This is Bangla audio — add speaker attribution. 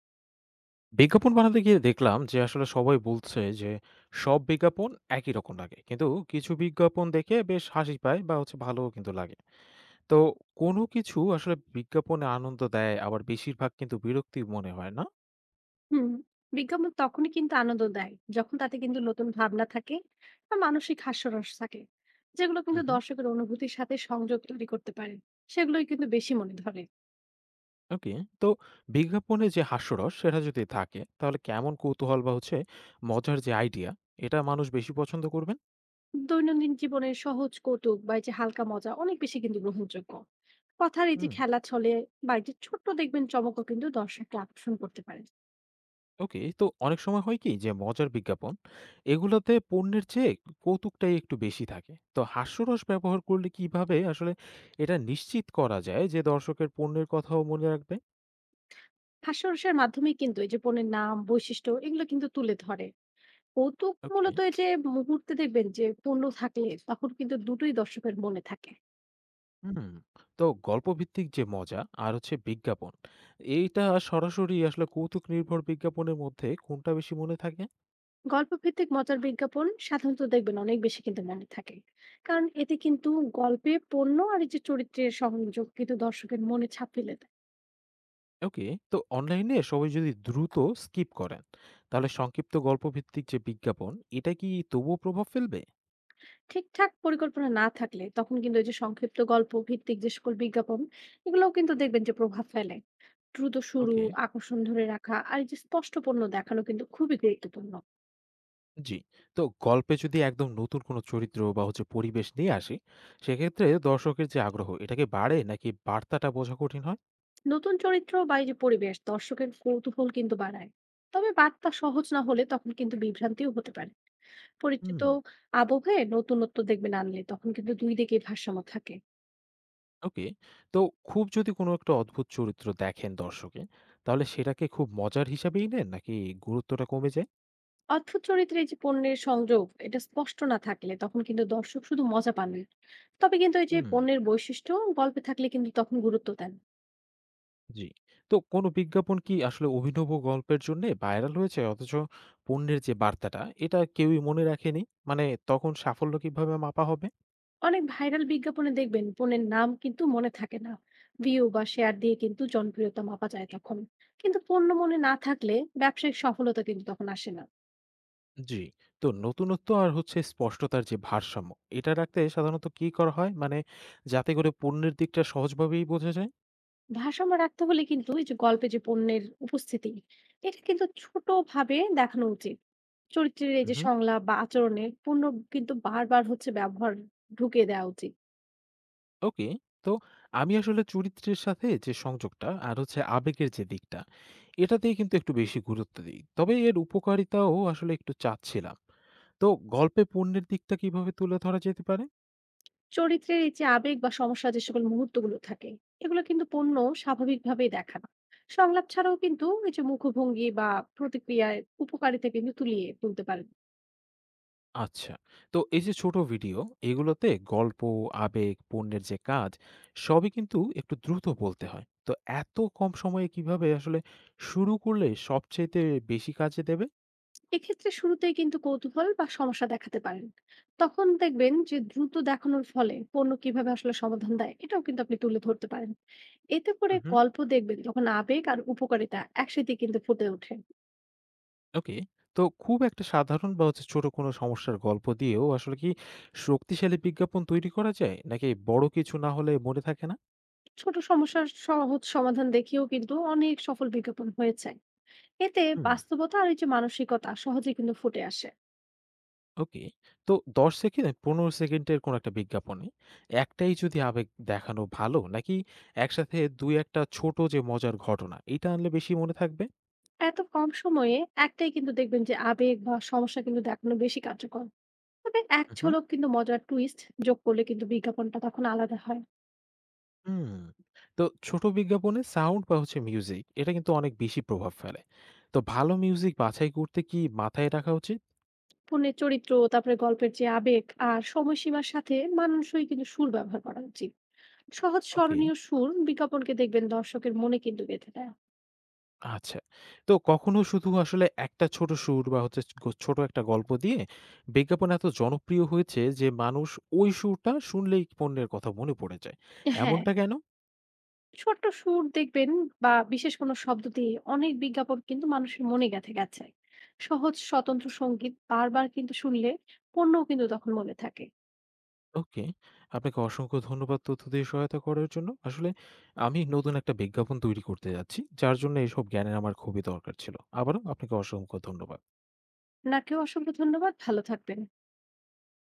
Speaker 1: বিজ্ঞাপন বানাতে গিয়ে দেখলাম যে আসলে সবাই বলছে যে সব বিজ্ঞাপন একই রকম লাগে, কিন্তু কিছু বিজ্ঞাপন দেখে বেশ হাসি পায় বা হচ্ছে ভালোও কিন্তু লাগে। তো কোনো কিছু আসলে বিজ্ঞাপনে আনন্দ দেয়, আবার বেশিরভাগ কিন্তু বিরক্তি মনে হয় না।
Speaker 2: হুম, বিজ্ঞাপন তখনই কিন্তু আনন্দ দেয় যখন তাতে কিন্তু নতুন ভাবনা থাকে বা মানসিক হাস্যরস থাকে, যেগুলো কিন্তু
Speaker 1: হুম।
Speaker 2: দর্শকের অনুভূতির সাথে সংযোগ তৈরি করতে পারে। সেগুলোই কিন্তু বেশি মনে ধরে।
Speaker 1: ওকে। তো বিজ্ঞাপনে যে হাস্যরস সেটা যদি থাকে তাহলে কেমন কৌতূহল বা হচ্ছে মজার যে আইডিয়া, এটা মানুষ বেশি পছন্দ করবেন।
Speaker 2: দৈনন্দিন জীবনের সহজ কৌতুক বা এই যে হালকা মজা অনেক বেশি কিন্তু গ্রহণযোগ্য। কথার এই যে খেলা চলে বা এই যে ছোট্ট দেখবেন চমকও কিন্তু দর্শককে আকর্ষণ করতে পারে।
Speaker 1: ওকে। তো অনেক সময় হয় কি, যে মজার বিজ্ঞাপন এগুলোতে পণ্যের চেয়ে কৌতুকটাই একটু বেশি থাকে, তো হাস্যরস ব্যবহার করলে কিভাবে আসলে এটা নিশ্চিত করা যায় যে দর্শকের পণ্যের কথাও মনে রাখবে?
Speaker 2: হাস্যরসের মাধ্যমে কিন্তু এই যে পণ্যের নাম বৈশিষ্ট্য এগুলো কিন্তু তুলে ধরে। কৌতুক
Speaker 1: ওকে।
Speaker 2: মূলত এই যে মুহূর্তে দেখবেন যে পণ্য থাকলে তখন কিন্তু দুটোই দর্শকের মনে থাকে।
Speaker 1: হুম। তো গল্পভিত্তিক যে মজা আর হচ্ছে বিজ্ঞাপন, এইটা সরাসরি আসলে কৌতুক নির্ভর বিজ্ঞাপনের মধ্যে কোনটা বেশি মনে থাকে?
Speaker 2: গল্পভিত্তিক মজার বিজ্ঞাপন সাধারণত দেখবেন অনেক বেশি কিন্তু মনে থাকে, কারণ এতে কিন্তু গল্পে পণ্য আর এই যে চরিত্রের সংযোগ কিন্তু দর্শকের মনে ছাপ ফেলে দেয়।
Speaker 1: ওকে। তো অনলাইনে সবাই যদি দ্রুত স্কিপ করেন, তাহলে সংক্ষিপ্ত গল্পভিত্তিক যে বিজ্ঞাপন, এটা কি তবুও প্রভাব ফেলবে?
Speaker 2: ঠিকঠাক পরিকল্পনা না থাকলে তখন কিন্তু এই যে সংক্ষিপ্ত গল্প ভিত্তিক যে সকল বিজ্ঞাপন, এগুলোও কিন্তু দেখবেন যে প্রভাব ফেলে। দ্রুত শুরু,
Speaker 1: ওকে।
Speaker 2: আকর্ষণ ধরে রাখা আর এই যে স্পষ্ট পণ্য দেখানো কিন্তু খুবই গুরুত্বপূর্ণ।
Speaker 1: জি। তো গল্পে যদি একদম নতুন কোনো চরিত্র বা হচ্ছে পরিবেশ নিয়ে আসি, সেক্ষেত্রে দর্শকের যে আগ্রহ এটা কি বাড়ে, নাকি বার্তাটা বোঝা কঠিন হয়?
Speaker 2: নতুন চরিত্র বা এই যে পরিবেশ দর্শকের কৌতূহল কিন্তু বাড়ায়, তবে বার্তা সহজ না হলে তখন কিন্তু বিভ্রান্তিও হতে পারে।
Speaker 1: হুম।
Speaker 2: পরিচিত আবহে নতুনত্ব দেখবেন আনলে তখন কিন্তু দুই দিকেই ভারসাম্য থাকে।
Speaker 1: ওকে। তো খুব যদি কোনো একটা অদ্ভুত চরিত্র দেখেন দর্শকে, তাহলে সেটাকে খুব মজার হিসাবেই নেন, নাকি গুরুত্বটা কমে যায়?
Speaker 2: অদ্ভুত চরিত্রে এই যে পণ্যের সংযোগ এটা স্পষ্ট না থাকলে তখন কিন্তু দর্শক শুধু মজা পান না। তবে কিন্তু এই যে
Speaker 1: হুম।
Speaker 2: পণ্যের বৈশিষ্ট্য গল্পে থাকলে কিন্তু তখন গুরুত্ব দেন।
Speaker 1: জি। তো কোনো বিজ্ঞাপন কি আসলে অভিনব গল্পের জন্যে ভাইরাল হয়েছে, অথচ পণ্যের যে বার্তাটা এটা কেউই মনে রাখেনি? মানে তখন সাফল্য কিভাবে মাপা হবে?
Speaker 2: অনেক ভাইরাল বিজ্ঞাপনে দেখবেন পণ্যের নাম কিন্তু মনে থাকে না। ভিউ বা শেয়ার দিয়ে কিন্তু জনপ্রিয়তা মাপা যায় তখন, কিন্তু পণ্য মনে না থাকলে ব্যবসায়িক সফলতা কিন্তু তখন আসে না।
Speaker 1: জি। তো নতুনত্ব আর হচ্ছে স্পষ্টতার যে ভারসাম্য, এটা রাখতে সাধারণত কি করা হয়? মানে যাতে করে পণ্যের দিকটা সহজভাবেই বোঝা যায়?
Speaker 2: ভারসাম্য রাখতে হলে কিন্তু এই যে গল্পে যে পণ্যের উপস্থিতি, এটা কিন্তু ছোট ভাবে দেখানো উচিত। চরিত্রের এই যে
Speaker 1: উহু।
Speaker 2: সংলাপ বা আচরণে পণ্য কিন্তু বারবার হচ্ছে ব্যবহার ঢুকিয়ে দেওয়া উচিত।
Speaker 1: ওকে। তো আমি আসলে চরিত্রের সাথে যে সংযোগটা আর হচ্ছে আবেগের যে দিকটা, এটাতেই কিন্তু একটু বেশি গুরুত্ব দিই। তবে এর উপকারিতাও আসলে একটু চাচ্ছিলাম। তো গল্পে পণ্যের দিকটা কিভাবে তুলে ধরা যেতে পারে?
Speaker 2: চরিত্রের এই যে আবেগ বা সমস্যা যে সকল মুহূর্তগুলো থাকে, এগুলো কিন্তু পণ্য স্বাভাবিকভাবেই দেখানো। সংলাপ ছাড়াও কিন্তু এই যে মুখভঙ্গি বা প্রতিক্রিয়ায় উপকারিতা কিন্তু তুলিয়ে তুলতে পারে।
Speaker 1: আচ্ছা। তো এই যে ছোট ভিডিও, এগুলোতে গল্প, আবেগ, পণ্যের যে কাজ, সবই কিন্তু একটু দ্রুত বলতে হয়। তো এত কম সময়ে কিভাবে আসলে শুরু করলে সবচাইতে বেশি কাজে দেবে?
Speaker 2: এক্ষেত্রে শুরুতেই কিন্তু কৌতূহল বা সমস্যা দেখাতে পারেন। তখন দেখবেন যে দ্রুত দেখানোর ফলে পণ্য কিভাবে আসলে সমাধান দেয় এটাও কিন্তু আপনি তুলে ধরতে পারেন। এতে করে
Speaker 1: হুম, হুম।
Speaker 2: গল্প দেখবেন তখন আবেগ আর উপকারিতা একসাথে কিন্তু ফুটে ওঠে।
Speaker 1: ওকে। তো খুব একটা সাধারণ বা হচ্ছে ছোট কোনো সমস্যার গল্প দিয়েও আসলে কি শক্তিশালী বিজ্ঞাপন তৈরি করা যায়? নাকি বড় কিছু না হলে মনে থাকে না?
Speaker 2: ছোট সমস্যার সহজ সমাধান দেখিয়েও কিন্তু অনেক সফল বিজ্ঞাপন হয়েছে। এতে
Speaker 1: হুম।
Speaker 2: বাস্তবতা আর এই যে মানসিকতা সহজে কিন্তু ফুটে আসে।
Speaker 1: ওকে। তো ১০ সেকেন্ড ১৫ সেকেন্ডের কোনো একটা বিজ্ঞাপনে একটাই যদি আবেগ দেখানো ভালো, নাকি একসাথে ২-১ টা ছোট যে মজার ঘটনা এটা আনলে বেশি মনে থাকবে?
Speaker 2: এত কম সময়ে একটাই কিন্তু দেখবেন যে আবেগ বা সমস্যা কিন্তু দেখানো বেশি কার্যকর, তবে এক
Speaker 1: হুম,
Speaker 2: ঝলক কিন্তু মজার টুইস্ট যোগ করলে কিন্তু বিজ্ঞাপনটা তখন আলাদা হয়।
Speaker 1: হুম। তো ছোট বিজ্ঞাপনে সাউন্ড বা হচ্ছে মিউজিক, এটা কিন্তু অনেক বেশি প্রভাব ফেলে। তো ভালো মিউজিক বাছাই করতে কি মাথায় রাখা উচিত?
Speaker 2: পণ্যের চরিত্র, তারপরে গল্পের যে আবেগ আর সময়সীমার সাথে মানানসই কিন্তু সুর ব্যবহার করা উচিত। সহজ
Speaker 1: ওকে।
Speaker 2: স্মরণীয় সুর বিজ্ঞাপনকে দেখবেন দর্শকের মনে কিন্তু গেঁথে দেয়।
Speaker 1: আচ্ছা। তো কখনো শুধু আসলে একটা ছোট সুর বা হচ্ছে গো ছোট একটা গল্প দিয়ে বিজ্ঞাপন এত জনপ্রিয় হয়েছে যে মানুষ ওই সুরটা শুনলেই পণ্যের কথা মনে পড়ে যায়।
Speaker 2: হ্যাঁ,
Speaker 1: এমনটা কেন?
Speaker 2: ছোট্ট সুর দেখবেন বা বিশেষ কোনো শব্দ দিয়ে অনেক বিজ্ঞাপন কিন্তু মানুষের মনে গেঁথে গেছে। সহজ স্বতন্ত্র সঙ্গীত বারবার কিন্তু শুনলে পণ্যও কিন্তু তখন মনে থাকে।
Speaker 1: ওকে। আপনাকে অসংখ্য ধন্যবাদ তথ্য দিয়ে সহায়তা করার জন্য। আসলে আমি নতুন একটা বিজ্ঞাপন তৈরি করতে যাচ্ছি, যার জন্য এসব জ্ঞানের আমার খুবই দরকার ছিল। আবারও আপনাকে অসংখ্য ধন্যবাদ।
Speaker 2: নাকেও অসংখ্য ধন্যবাদ, ভালো থাকবেন।